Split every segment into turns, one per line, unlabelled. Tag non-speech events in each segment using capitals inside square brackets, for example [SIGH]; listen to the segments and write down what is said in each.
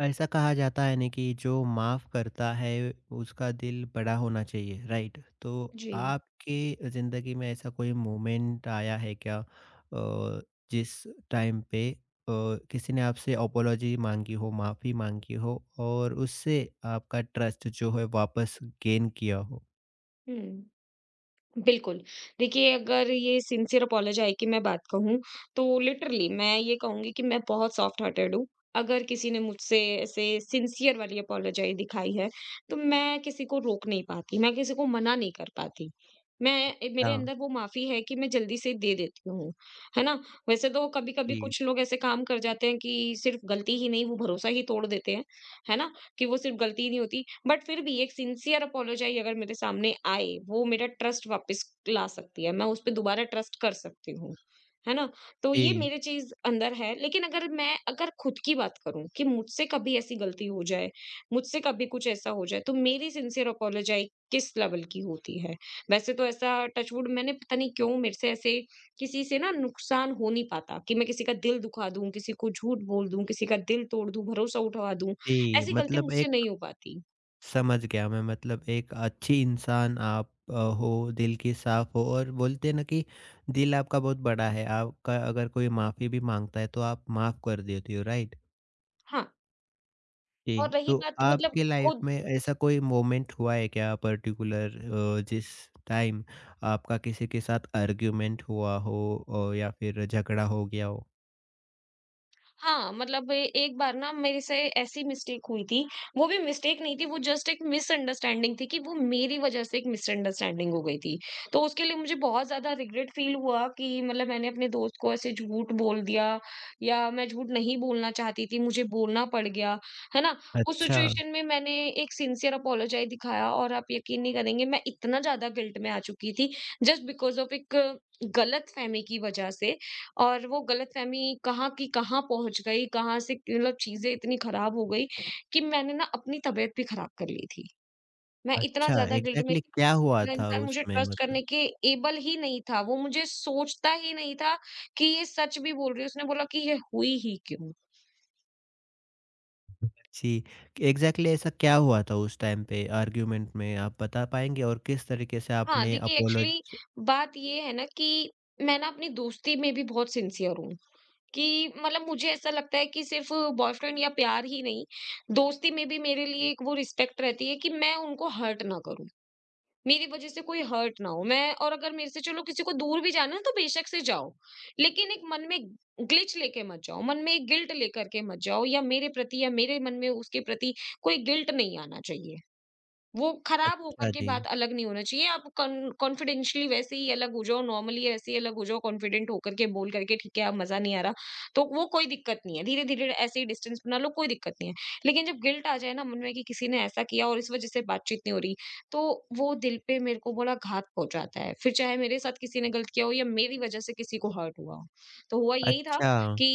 ऐसा कहा जाता है ना कि जो माफ़ करता है उसका दिल बड़ा होना चाहिए, राइट? तो
जी,
आपके ज़िंदगी में ऐसा कोई मोमेंट आया है क्या, जिस टाइम पे किसी ने आपसे अपोलॉजी मांगी हो, माफ़ी मांगी हो और उससे आपका ट्रस्ट जो है वापस गेन किया हो?
हुँ, बिल्कुल। देखिए, अगर ये सिंसियर अपोलोजाई की मैं बात कहूँ, तो लिटरली मैं ये कहूँगी कि मैं बहुत सॉफ्ट हार्टेड हूँ। अगर किसी ने मुझसे ऐसे सिंसियर वाली अपोलोजाई दिखाई है, तो मैं किसी को रोक नहीं पाती, मैं किसी को मना नहीं कर पाती। मैं मेरे
हाँ।
अंदर वो माफ़ी है कि मैं जल्दी से दे देती हूँ, है ना? वैसे तो कभी-कभी
जी।
कुछ लोग ऐसे काम कर जाते हैं कि सिर्फ़ गलती ही नहीं, वो भरोसा ही तोड़ देते हैं, है ना? कि वो सिर्फ़ गलती ही नहीं होती। बट फिर भी एक सिंसियर अपोलोजाई अगर मेरे सामने आए, वो मेरा ट्रस्ट वापस ला सकती है। मैं उस पे दोबारा ट्रस्ट कर सकती हूँ, है ना? तो ये
जी।
मेरे चीज़ अंदर है। लेकिन अगर खुद की बात करूँ कि मुझसे कभी ऐसी गलती हो जाए, मुझसे कभी कुछ ऐसा हो जाए, तो मेरी सिंसियर अपोलोजाई किस लेवल की होती है? वैसे तो ऐसा टच वुड मैंने पता नहीं क्यों मेरे से ऐसे किसी से ना नुकसान हो नहीं पाता कि मैं किसी का दिल दुखा दूँ, किसी को झूठ बोल दूँ, किसी का दिल तोड़ दूँ, भरोसा उठवा दूँ।
जी,
ऐसी गलतियाँ
मतलब
मुझसे
एक
नहीं हो पाती।
समझ गया मैं। मतलब एक अच्छी इंसान आप हो, दिल की साफ़ हो और बोलते हैं ना कि दिल आपका बहुत बड़ा है, आपका अगर कोई माफ़ी भी माँगता है तो आप माफ़ कर देती हो, राइट?
हाँ,
जी।
और रही
तो
बात मतलब
आपकी लाइफ़
खुद।
में ऐसा कोई मोमेंट हुआ है क्या पर्टिकुलर, जिस टाइम आपका किसी के साथ आर्गुमेंट हुआ हो या फिर झगड़ा हो गया हो?
हाँ, मतलब एक बार ना मेरे से ऐसी मिस्टेक हुई थी, वो भी मिस्टेक नहीं थी, वो जस्ट एक मिसअंडरस्टैंडिंग थी कि वो मेरी वजह से एक मिसअंडरस्टैंडिंग हो गई थी। तो उसके लिए मुझे बहुत ज़्यादा रिग्रेट फील हुआ कि मतलब मैंने अपने दोस्त को ऐसे झूठ बोल दिया या मैं झूठ नहीं बोलना चाहती थी, मुझे बोलना पड़ गया, है ना? उस
अच्छा।
सिचुएशन में मैंने एक सिंसियर अपोलोजाइज़ दिखाया और आप यकीन नहीं करेंगे मैं इतना ज़्यादा गिल्ट में आ चुकी थी, जस्ट बिकॉज़ ऑफ एक गलतफ़हमी की वजह से और वो गलतफ़हमी कहाँ की कहाँ पहुँच गई, कहाँ से मतलब चीज़ें इतनी ख़राब हो गई कि मैंने ना अपनी तबीयत भी ख़राब कर ली थी। मैं इतना
अच्छा,
ज़्यादा गिल्ट में
एग्ज़ैक्टली
थी,
क्या हुआ
अगला
था
इंसान मुझे
उसमें
ट्रस्ट करने
मतलब?
के एबल ही नहीं था, वो मुझे सोचता ही नहीं था कि ये सच भी बोल रही है, उसने बोला कि ये हुई ही क्यों?
जी, एग्ज़ैक्टली ऐसा क्या हुआ था उस टाइम पे आर्ग्यूमेंट में, आप बता पाएँगे? और किस तरीके से
हाँ,
आपने
देखिए
अपोलोज
एक्चुअली बात ये है ना कि मैं ना अपनी दोस्ती में भी बहुत सिंसियर हूँ। कि मतलब मुझे ऐसा लगता है कि सिर्फ़ बॉयफ्रेंड या प्यार ही नहीं, दोस्ती में भी मेरे लिए एक वो रिस्पेक्ट रहती है कि मैं उनको हर्ट ना करूँ। मेरी वज़ह से कोई हर्ट ना हो। मैं और अगर मेरे से चलो किसी को दूर भी जाना है तो बेशक से जाओ, लेकिन एक मन में ग्लिच लेके मत जाओ, मन में एक गिल्ट लेकर के मत जाओ या मेरे प्रति या मेरे मन में उसके प्रति कोई गिल्ट नहीं आना चाहिए। वो खराब होकर
अच्छा
के
जी।
बात अलग नहीं होना चाहिए। आप कॉन कॉन्फिडेंशियली वैसे ही अलग हो जाओ, नॉर्मली ऐसे ही अलग हो जाओ, कॉन्फिडेंट होकर के बोल करके ठीक है अब मज़ा नहीं आ रहा, तो वो कोई दिक्कत नहीं है। धीरे-धीरे ऐसे ही डिस्टेंस बना लो, कोई दिक्कत नहीं है। लेकिन जब गिल्ट आ जाए ना मन में कि किसी ने ऐसा किया और इस वज़ह से बातचीत नहीं हो रही, तो वो दिल पे मेरे को बड़ा घात पहुँचाता है। फिर चाहे मेरे साथ किसी ने गलत किया हो या मेरी वज़ह से किसी को हर्ट हुआ हो। तो हुआ यही था
अच्छा।
कि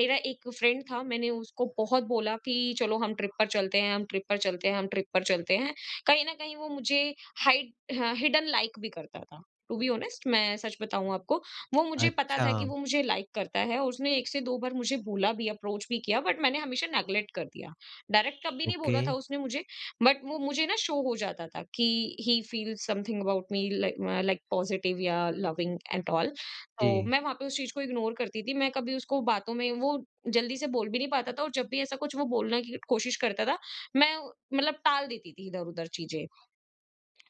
मेरा एक फ्रेंड था, मैंने उसको बहुत बोला कि चलो हम ट्रिप पर चलते हैं, हम ट्रिप पर चलते हैं, हम ट्रिप पर चलते हैं। कहीं न कहीं वो मुझे हाइड ह हिडन लाइक भी करता था। टू बी ऑनेस्ट मैं सच बताऊँ आपको, वो मुझे पता
अच्छा।
था कि वो मुझे लाइक करता है और उसने 1 से 2 बार मुझे बोला भी, अप्रोच भी किया बट मैंने हमेशा नेगलेक्ट कर दिया। डायरेक्ट कभी नहीं
ओके।
बोला था उसने मुझे बट वो मुझे ना शो हो जाता था कि he feels something about me like like positive या लविंग एंड ऑल।
जी।
तो मैं वहाँ पे उस चीज़ को इग्नोर करती थी। मैं कभी उसको बातों में वो जल्दी से बोल भी नहीं पाता था और जब भी ऐसा कुछ वो बोलने की कोशिश करता था, मैं मतलब टाल देती थी इधर-उधर चीज़ें।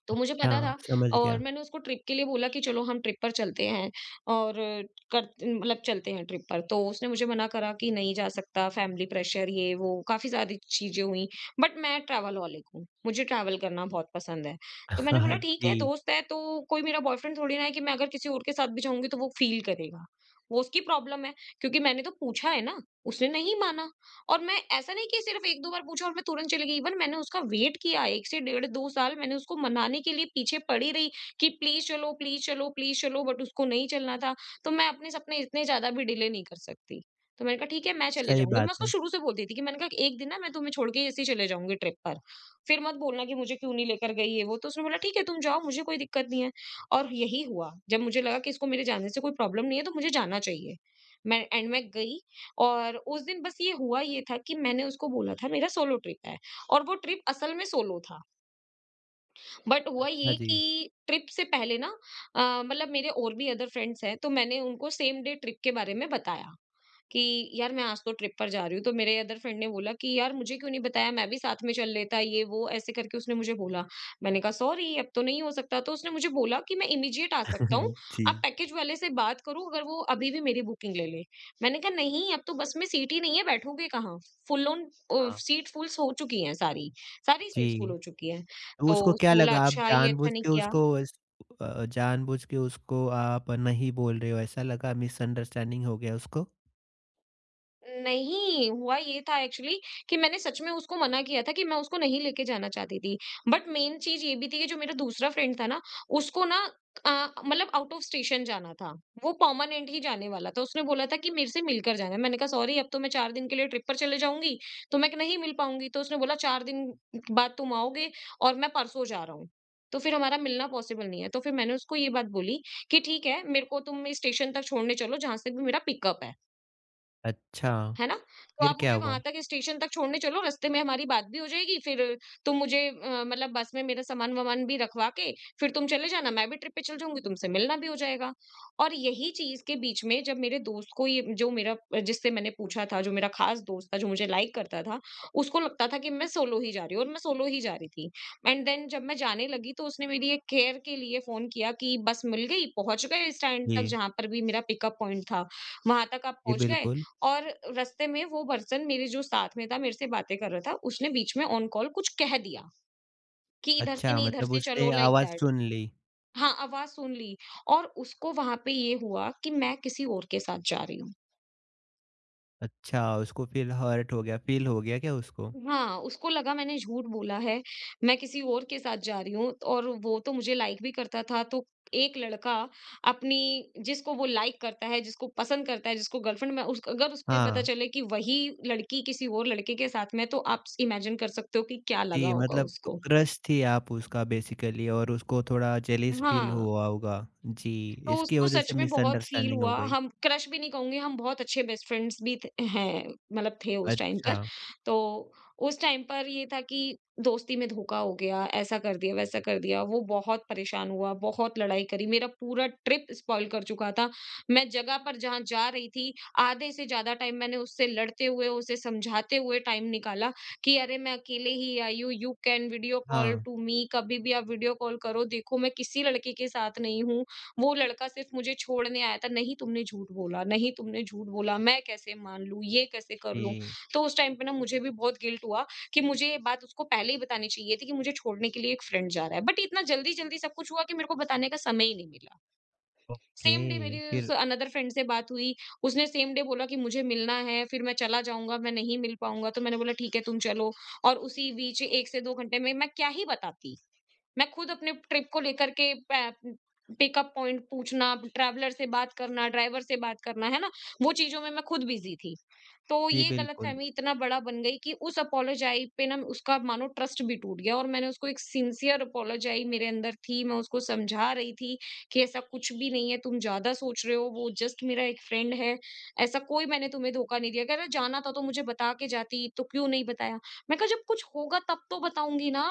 तो मुझे पता
अच्छा,
था
समझ
और
गया।
मैंने उसको ट्रिप के लिए बोला कि चलो हम ट्रिप पर चलते हैं और कर मतलब चलते हैं ट्रिप पर। तो उसने मुझे मना करा कि नहीं जा सकता, फैमिली प्रेशर ये वो काफ़ी सारी चीज़ें हुई। बट मैं ट्रैवलहॉलिक हूँ, मुझे ट्रैवल करना बहुत पसंद है। तो मैंने बोला
[LAUGHS]
ठीक है
जी,
दोस्त है तो कोई मेरा बॉयफ्रेंड थोड़ी ना है कि मैं अगर किसी और के साथ भी जाऊँगी तो वो फ़ील करेगा। वो उसकी प्रॉब्लम है क्योंकि मैंने तो पूछा है ना, उसने नहीं माना। और मैं ऐसा नहीं कि सिर्फ़ 1-2 बार पूछा और मैं तुरंत चली गई, इवन मैंने उसका वेट किया 1 से डेढ़ 2 साल मैंने उसको मनाने के लिए पीछे पड़ी रही कि प्लीज़ चलो, प्लीज़ चलो, प्लीज़ चलो बट उसको नहीं चलना था, तो मैं अपने सपने इतने ज़्यादा भी डिले नहीं कर सकती। तो मैंने कहा ठीक है मैं चले
सही
जाऊँगी, मैं
बात
उसको
है।
शुरू से बोलती थी कि मैंने कहा एक दिन ना मैं तुम्हें छोड़ के ऐसे ही चले जाऊँगी ट्रिप पर, फिर मत बोलना कि मुझे क्यों नहीं लेकर गई ये वो, तो उसने बोला ठीक है तुम जाओ मुझे कोई दिक्कत नहीं है। और यही हुआ, जब मुझे लगा कि इसको मेरे जाने से कोई प्रॉब्लम नहीं है तो मुझे जाना चाहिए। मैं एंड मैं गई और उस दिन बस ये था कि मैंने उसको बोला था मेरा सोलो ट्रिप है और वो ट्रिप असल में सोलो था। बट हुआ
हाँ
ये कि
जी।
ट्रिप से पहले ना मतलब मेरे और भी अदर फ्रेंड्स हैं, तो मैंने उनको सेम डे ट्रिप के बारे में बताया। कि यार मैं आज तो ट्रिप पर जा रही हूँ। तो मेरे अदर फ्रेंड ने बोला कि यार मुझे क्यों नहीं बताया मैं भी साथ में चल लेता ये वो ऐसे करके उसने मुझे बोला। मैंने कहा सॉरी अब तो नहीं हो सकता। तो उसने मुझे बोला कि मैं इमीडिएट आ सकता हूँ।
[LAUGHS] जी।
आप पैकेज वाले से बात करो अगर वो अभी भी मेरी बुकिंग ले ले। मैंने कहा नहीं अब तो बस में सीट ही नहीं है बैठोगे कहाँ?
हाँ।
सीट फुल्स हो चुकी हैं सारी। सारी सीट्स फुल
जी,
हो चुकी हैं।
तो
तो
उसको क्या
उसने बोला
लगा, आप
अच्छा ये अच्छा नहीं किया।
जानबूझ के उसको आप नहीं बोल रहे हो, ऐसा लगा? मिसअंडरस्टैंडिंग हो गया उसको?
नहीं, हुआ ये था एक्चुअली कि मैंने सच में उसको मना किया था कि मैं उसको नहीं लेके जाना चाहती थी। बट मेन चीज़ ये भी थी कि जो मेरा दूसरा फ्रेंड था ना, उसको ना अ, मतलब आउट ऑफ स्टेशन जाना था। वो परमानेंट ही जाने वाला था। उसने बोला था कि मेरे से मिलकर जाना है। मैंने कहा सॉरी अब तो मैं 4 दिन के लिए ट्रिप पर चले जाऊँगी, तो मैं नहीं मिल पाऊँगी। तो उसने बोला 4 दिन बाद तुम आओगे और मैं परसों जा रहा हूँ। तो फिर हमारा मिलना पॉसिबल नहीं है। तो फिर मैंने उसको ये बात बोली कि ठीक है, मेरे को तुम स्टेशन तक छोड़ने चलो जहाँ से भी मेरा पिकअप है।
अच्छा,
है ना? तो
फिर
आप
क्या
मुझे वहाँ
हुआ?
तक स्टेशन तक छोड़ने चलो, रास्ते में हमारी बात भी हो जाएगी, फिर मतलब बस में मेरा सामान-वामान भी रखवा के फिर तुम चले जाना, मैं भी ट्रिप पे चल जाऊँगी, तुमसे मिलना भी हो जाएगा। और यही चीज़ के बीच में जब मेरे दोस्त को ये जो मेरा जिससे मैंने पूछा था, जो मेरा ख़ास दोस्त था, जो मुझे लाइक करता था, उसको लगता था कि मैं सोलो ही जा रही हूँ और मैं सोलो ही जा रही थी। एंड देन जब मैं जाने लगी तो उसने मेरी एक केयर के लिए फ़ोन किया कि बस मिल गई, पहुँच गए स्टैंड तक
जी।
जहाँ पर भी मेरा पिकअप पॉइंट था, वहाँ तक आप
जी,
पहुँच गए।
बिल्कुल।
और रास्ते में वो पर्सन मेरे जो साथ में था, मेरे से बातें कर रहा था, उसने बीच में ऑन कॉल कुछ कह दिया कि इधर से
अच्छा,
नहीं, इधर
मतलब
से चलो
उसने
लाइक
आवाज़
दैट।
सुन ली।
हाँ, आवाज़ सुन ली और उसको वहाँ पे ये हुआ कि मैं किसी और के साथ जा रही हूँ।
अच्छा, उसको फ़ील हो गया क्या उसको?
हाँ, उसको लगा मैंने झूठ बोला है, मैं किसी और के साथ जा रही हूँ और वो तो मुझे लाइक भी करता था, तो एक लड़का अपनी जिसको वो लाइक करता है, जिसको पसंद करता है, जिसको गर्लफ्रेंड में उस अगर उसको ये पता
हाँ।
चले कि वही लड़की किसी और लड़के के साथ में है, तो आप स इमेजिन कर सकते हो कि क्या लगा
जी,
होगा
मतलब
उसको।
क्रश थी आप उसका बेसिकली और उसको थोड़ा जेलिस फ़ील
हाँ।
हुआ होगा। जी,
तो
इसकी
उसको
वज़ह
सच
से
में बहुत फ़ील
मिसअंडरस्टैंडिंग हो
हुआ।
गई।
हम क्रश भी नहीं कहूँगी, हम बहुत अच्छे बेस्ट फ्रेंड्स भी थ हैं, मतलब थे उस टाइम पर।
अच्छा।
तो उस टाइम पर ये था कि दोस्ती में धोखा हो गया, ऐसा कर दिया, वैसा कर दिया। वो बहुत परेशान हुआ, बहुत लड़ाई करी। मेरा पूरा ट्रिप स्पॉइल कर चुका था। मैं जगह पर जहाँ जा रही थी, आधे से ज़्यादा टाइम मैंने उससे लड़ते हुए, उसे समझाते हुए टाइम निकाला कि, "अरे, मैं अकेले ही आई हूँ। यू कैन वीडियो कॉल
हाँ।
To me. कभी भी आप वीडियो कॉल करो। देखो, मैं किसी लड़के के साथ नहीं हूँ। वो लड़का सिर्फ मुझे छोड़ने आया था, नहीं तुमने झूठ बोला, नहीं तुमने झूठ बोला, मैं कैसे मान लूँ, ये कैसे कर लूँ।
जी।
तो उस टाइम पे ना मुझे भी बहुत गिल्ट हुआ कि मुझे ये बात उसको पहले ही बतानी चाहिए थी कि मुझे छोड़ने के लिए एक फ्रेंड जा रहा है। बट इतना जल्दी-जल्दी सब कुछ हुआ कि मेरे को बताने का समय ही नहीं मिला। सेम डे मेरी
ओके,
उस
फिर?
अनदर फ्रेंड से बात हुई, उसने सेम डे बोला कि मुझे मिलना है, फिर मैं चला जाऊँगा, मैं नहीं मिल पाऊँगा। तो मैंने बोला ठीक है तुम चलो और उसी बीच 1 से 2 घंटे में मैं क्या ही बताती? मैं खुद अपने ट्रिप को लेकर के पिकअप पॉइंट पूछना, ट्रैवलर से बात करना, ड्राइवर से बात करना, है ना? वो चीज़ों में मैं खुद बिज़ी थी। तो
जी,
ये
बिल्कुल।
गलतफ़हमी इतना बड़ा बन गई कि उस अपोलोजाई पे ना उसका मानो ट्रस्ट भी टूट गया और मैंने उसको एक सिंसियर अपोलोजाई मेरे अंदर थी, मैं उसको समझा रही थी कि ऐसा कुछ भी नहीं है, तुम ज़्यादा सोच रहे हो, वो जस्ट मेरा एक फ्रेंड है, ऐसा कोई मैंने तुम्हें धोखा नहीं दिया। कह रहा जाना था तो मुझे बता के जाती, तो क्यों नहीं बताया? मैं कहा जब कुछ होगा तब तो बताऊँगी ना।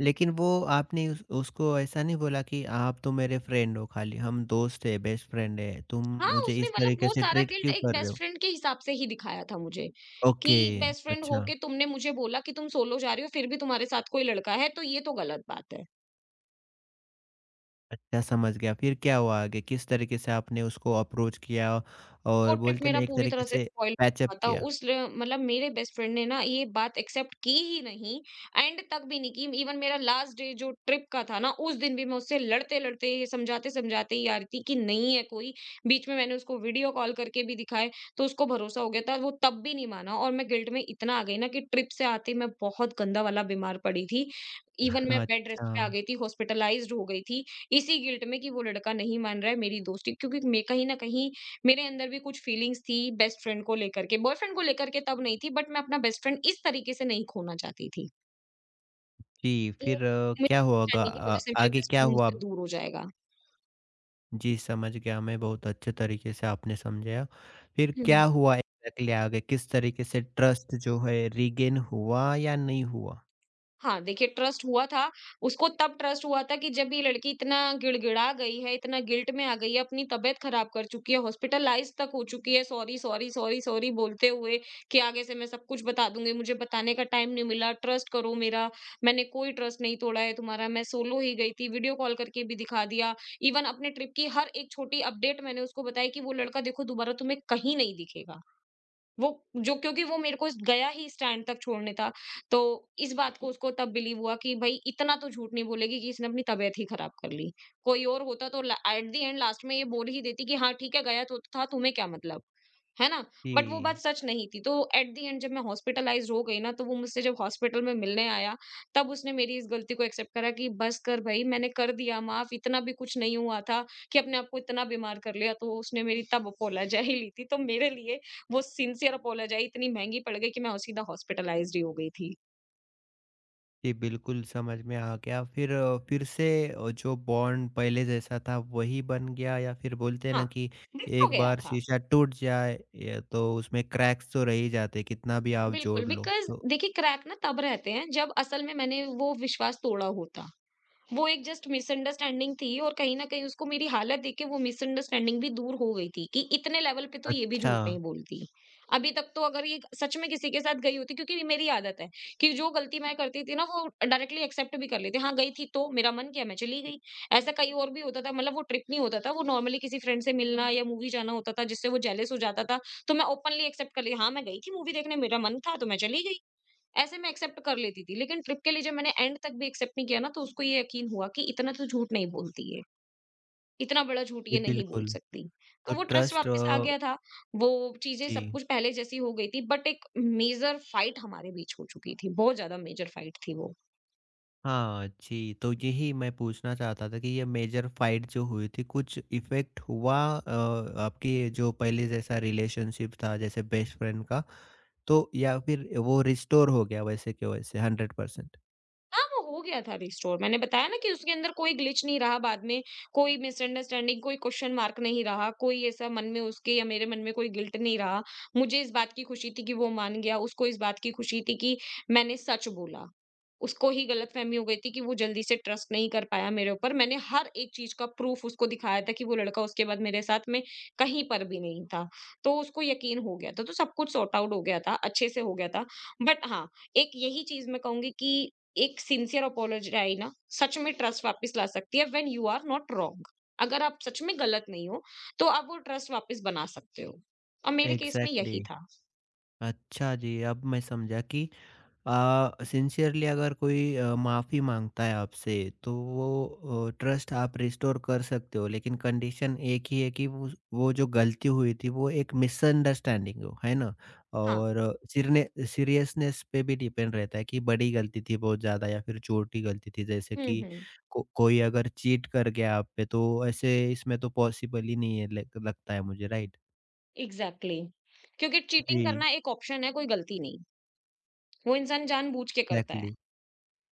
लेकिन वो आपने उस उसको ऐसा नहीं बोला कि आप तो मेरे फ्रेंड हो खाली, हम दोस्त हैं, बेस्ट फ्रेंड हैं, तुम
हाँ,
मुझे
उसने
इस
मतलब
तरीके
वो
से
सारा
ट्रीट
गिल्ट
क्यों
एक
कर रहे
बेस्ट
हो?
फ्रेंड के हिसाब से ही दिखाया था मुझे,
ओके।
कि बेस्ट फ्रेंड
अच्छा।
होके तुमने मुझे बोला कि तुम सोलो जा रही हो, फिर भी तुम्हारे साथ कोई लड़का है, तो ये तो गलत बात है।
अच्छा, समझ गया। फिर क्या हुआ आगे? किस तरीके से आपने उसको अप्रोच किया
वो
और
ट्रिप
बोलते हैं
मेरा
ना, एक
पूरी
तरीके
तरह से
से
स्पॉइल
पैचअप
हुआ था।
किया?
उस ल मतलब मेरे बेस्ट फ्रेंड ने ना ये बात एक्सेप्ट की ही नहीं, एंड तक भी नहीं की। इवन मेरा लास्ट डे जो ट्रिप का था ना, उस दिन भी मैं उससे लड़ते-लड़ते, समझाते-समझाते ही आ रही थी कि नहीं है कोई। बीच में मैंने उसको वीडियो कॉल करके भी दिखाए, तो उसको भरोसा हो गया था। वो तब भी नहीं माना और मैं गिल्ट में इतना आ गई ना कि ट्रिप से आते ही मैं बहुत गंदा वाला बीमार पड़ी थी। इवन
[LAUGHS]
मैं बेड रेस्ट
अच्छा।
पे आ गई थी, हॉस्पिटलाइज़्ड हो गई थी, इसी गिल्ट में कि वो लड़का नहीं मान रहा है मेरी दोस्ती क्योंकि मैं कहीं न कहीं मेरे अंदर भी कुछ फीलिंग्स थी बेस्ट फ्रेंड को लेकर के, बॉयफ्रेंड को लेकर के तब नहीं थी बट मैं अपना बेस्ट फ्रेंड इस तरीके से नहीं खोना चाहती थी,
जी,
कि एक
फिर
मिसअंडरस्टैंडिंग की वजह से मेरा
आगे
बेस्ट
क्या
फ्रेंड
हुआ?
मुझसे दूर हो जाएगा।
जी, समझ गया मैं, बहुत अच्छे तरीके से आपने समझाया। फिर क्या हुआ एग्ज़ैक्टली आगे? किस तरीके से ट्रस्ट जो है रीगेन हुआ या नहीं हुआ?
हाँ, देखिए ट्रस्ट हुआ था, उसको तब ट्रस्ट हुआ था कि जब ये लड़की इतना गिड़गिड़ा गई है, इतना गिल्ट में आ गई है, अपनी तबीयत खराब कर चुकी है, हॉस्पिटलाइज़ तक हो चुकी है, सॉरी, सॉरी, सॉरी, सॉरी बोलते हुए कि आगे से मैं सब कुछ बता दूँगी, मुझे बताने का टाइम नहीं मिला, ट्रस्ट करो मेरा, मैंने कोई ट्रस्ट नहीं तोड़ा है तुम्हारा, मैं सोलो ही गई थी, वीडियो कॉल करके भी दिखा दिया, इवन अपने ट्रिप की हर एक छोटी अपडेट मैंने उसको बताई कि वो लड़का देखो दोबारा तुम्हें कहीं नहीं दिखेगा। वो जो क्योंकि वो मेरे को गया ही स्टैंड तक छोड़ने था। तो इस बात को उसको तब बिलीव हुआ कि भई इतना तो झूठ नहीं बोलेगी कि इसने अपनी तबीयत ही खराब कर ली। कोई और होता तो ल एट द एंड लास्ट में ये बोल ही देती कि हाँ ठीक है, गया तो था तुम्हें क्या मतलब? है ना? बट वो
जी।
बात सच नहीं थी। तो एट द एंड जब मैं हॉस्पिटलाइज़्ड हो गई ना, तो वो मुझसे जब हॉस्पिटल में मिलने आया, तब उसने मेरी इस गलती को एक्सेप्ट करा कि बस कर भई मैंने कर दिया माफ, इतना भी कुछ नहीं हुआ था कि अपने आप को इतना बीमार कर लिया। तो उसने मेरी तब अपोलोजाई ली थी। तो मेरे लिए वो सिंसियर अपोलोजाई इतनी महँगी पड़ गई कि मैं और सीधा हॉस्पिटलाइज़्ड ही हो गई थी।
जी, बिल्कुल समझ में आ गया। फिर से, जो बॉन्ड पहले जैसा था वही बन गया, या फिर बोलते हैं
हाँ,
ना कि
दिल हो
एक
गया
बार
था।
शीशा टूट जाए ये तो उसमें क्रैक्स तो रह ही जाते, कितना भी आप
बिल्कुल,
जोड़ लो।
बिकॉज़
तो?
देखिए क्रैक ना तब रहते हैं जब असल में मैंने वो विश्वास तोड़ा होता। वो एक जस्ट मिसअंडरस्टैंडिंग थी और कहीं न कहीं उसको मेरी हालत देख के वो मिसअंडरस्टैंडिंग भी दूर हो गई थी कि इतने लेवल पे तो ये भी
अच्छा।
झूठ नहीं बोलती। अभी तक तो अगर ये सच में किसी के साथ गई होती क्योंकि ये मेरी आदत है कि जो गलती मैं करती थी ना वो डायरेक्टली एक्सेप्ट भी कर लेती। हाँ, गई थी तो मेरा मन किया मैं चली गई। ऐसा कहीं और भी होता था मतलब वो ट्रिप नहीं होता था, वो नॉर्मली किसी फ्रेंड से मिलना या मूवी जाना होता था जिससे वो जेलस हो जाता था, तो मैं ओपनली एक्सेप्ट कर ली, हाँ, मैं गई थी मूवी देखने, मेरा मन था तो मैं चली गई। ऐसे मैं एक्सेप्ट कर लेती थी लेकिन ट्रिप के लिए जब मैंने एंड तक भी एक्सेप्ट नहीं किया ना तो उसको ये यकीन हुआ कि इतना तो झूठ नहीं बोलती है इतना बड़ा झूठ ये
जी,
नहीं बोल
बिल्कुल।
सकती। तो
तो
वो ट्रस्ट
ट्रस्ट। अ,
वापस आ गया था। वो चीजें
जी।
सब कुछ पहले जैसी हो गई थी बट एक मेजर फाइट हमारे बीच हो चुकी थी, बहुत ज्यादा मेजर फाइट थी वो।
हाँ जी, तो यही मैं पूछना चाहता था कि ये मेजर फाइट जो हुई थी, कुछ इफ़ेक्ट हुआ आपके जो पहले जैसा रिलेशनशिप था जैसे बेस्ट फ्रेंड का? तो या फिर वो रिस्टोर हो गया वैसे के वैसे 100%?
हाँ, वो हो गया था रिस्टोर। मैंने बताया ना कि उसके अंदर कोई ग्लिच नहीं रहा बाद में, कोई मिसअंडरस्टैंडिंग, कोई क्वेश्चन मार्क नहीं रहा, कोई ऐसा मन में उसके या मेरे मन में कोई गिल्ट नहीं रहा। मुझे इस बात की खुशी थी कि वो मान गया, उसको इस बात की खुशी थी कि मैंने सच बोला। उसको ही गलतफ़हमी हो गई थी कि वो जल्दी से ट्रस्ट नहीं कर पाया मेरे ऊपर। मैंने हर एक चीज़ का प्रूफ़ उसको दिखाया था कि वो लड़का उसके बाद मेरे साथ में कहीं पर भी नहीं था। तो उसको यकीन हो गया था, तो सब कुछ सॉर्ट आउट हो गया था, अच्छे से हो गया था। बट हाँ, एक यही चीज़ मैं कहूँगी कि एक सिंसियर अपोलोजी आई ना, सच में ट्रस्ट वापस ला सकती है when you are not wrong. अगर आप सच में गलत नहीं हो, तो आप वो ट्रस्ट वापस बना सकते हो। और मेरे केस में
एग्जैक्टली।
यही था।
अच्छा जी, अब मैं समझा कि सिंसियरली अगर कोई माफ़ी माँगता है आपसे, तो वो ट्रस्ट आप रिस्टोर कर सकते हो, लेकिन कंडीशन एक ही है कि वो जो गलती हुई थी वो एक मिसअंडरस्टैंडिंग हो, है ना?
हाँ।
और सिरने सीरियसनेस पे भी डिपेंड रहता है कि बड़ी गलती थी बहुत ज़्यादा या फिर छोटी गलती थी। जैसे
हुँ,
कि
हुँ।
को कोई अगर चीट कर गया आप पे, तो ऐसे इसमें तो पॉसिबल ही नहीं है लग लगता है मुझे, राइट?
एग्ज़ैक्टली क्योंकि चीटिंग
जी।
करना एक ऑप्शन है, कोई गलती नहीं। वो इंसान जानबूझ के करता है।
Exactly.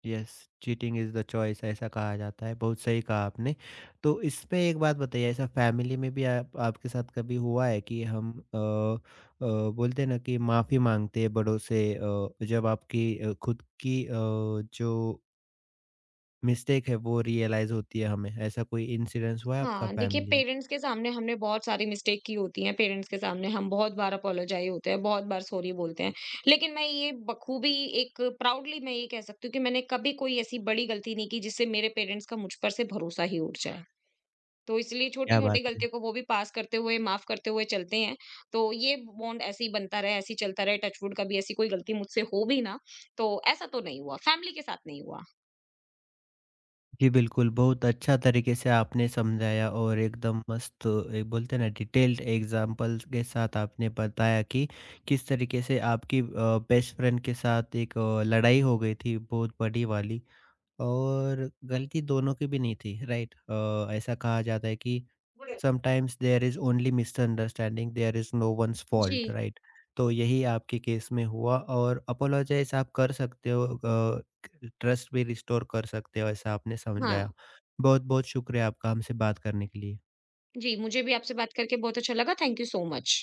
Yes, cheating is the choice, ऐसा कहा जाता है। बहुत सही कहा आपने। तो इसमें एक बात बताइए, ऐसा फैमिली में भी आप आपके साथ कभी हुआ है कि हम, बोलते हैं ना कि माफ़ी माँगते हैं बड़ों से, जब आपकी खुद की जो मिस्टेक है वो रियलाइज़ होती है हमें, ऐसा कोई इंसिडेंस हुआ है आपका
हाँ, देखिए
फैमिली में?
पेरेंट्स के सामने हमने बहुत सारी मिस्टेक की होती है, पेरेंट्स के सामने हम बहुत बार अपोलोजाइज़ होते हैं, बहुत बार सॉरी बोलते हैं। लेकिन मैं ये बखूबी एक प्राउडली मैं ये कह सकती हूँ कि मैंने कभी कोई ऐसी बड़ी गलती नहीं की जिससे मेरे पेरेंट्स का मुझ पर से भरोसा ही उठ जाए। तो इसलिए
क्या
छोटी-मोटी
बात है!
गलतियों को वो भी पास करते हुए, माफ़ करते हुए चलते हैं। तो ये बॉन्ड ऐसे ही बनता रहे, ऐसे ही चलता रहे, टच वुड कभी ऐसी कोई गलती मुझसे हो भी ना, तो ऐसा तो नहीं हुआ, फैमिली के साथ नहीं हुआ।
जी, बिल्कुल, बहुत अच्छा तरीके से आपने समझाया और एकदम मस्त एक, बोलते हैं ना, डिटेल्ड एग्ज़ाम्पल्स के साथ आपने बताया कि किस तरीके से आपकी बेस्ट फ्रेंड के साथ एक लड़ाई हो गई थी बहुत बड़ी वाली, और गलती दोनों की भी नहीं थी, राइट? ऐसा कहा जाता है कि sometimes there is only misunderstanding, there is no one's fault,
जी,
राइट? तो यही आपके केस में हुआ और अपोलोजाइज आप कर सकते हो, ट्रस्ट भी रिस्टोर कर सकते हो, ऐसा आपने
हाँ।
समझाया। बहुत बहुत शुक्रिया आपका हमसे बात करने के लिए।
जी, मुझे भी आपसे बात करके बहुत अच्छा लगा, थैंक यू सो मच।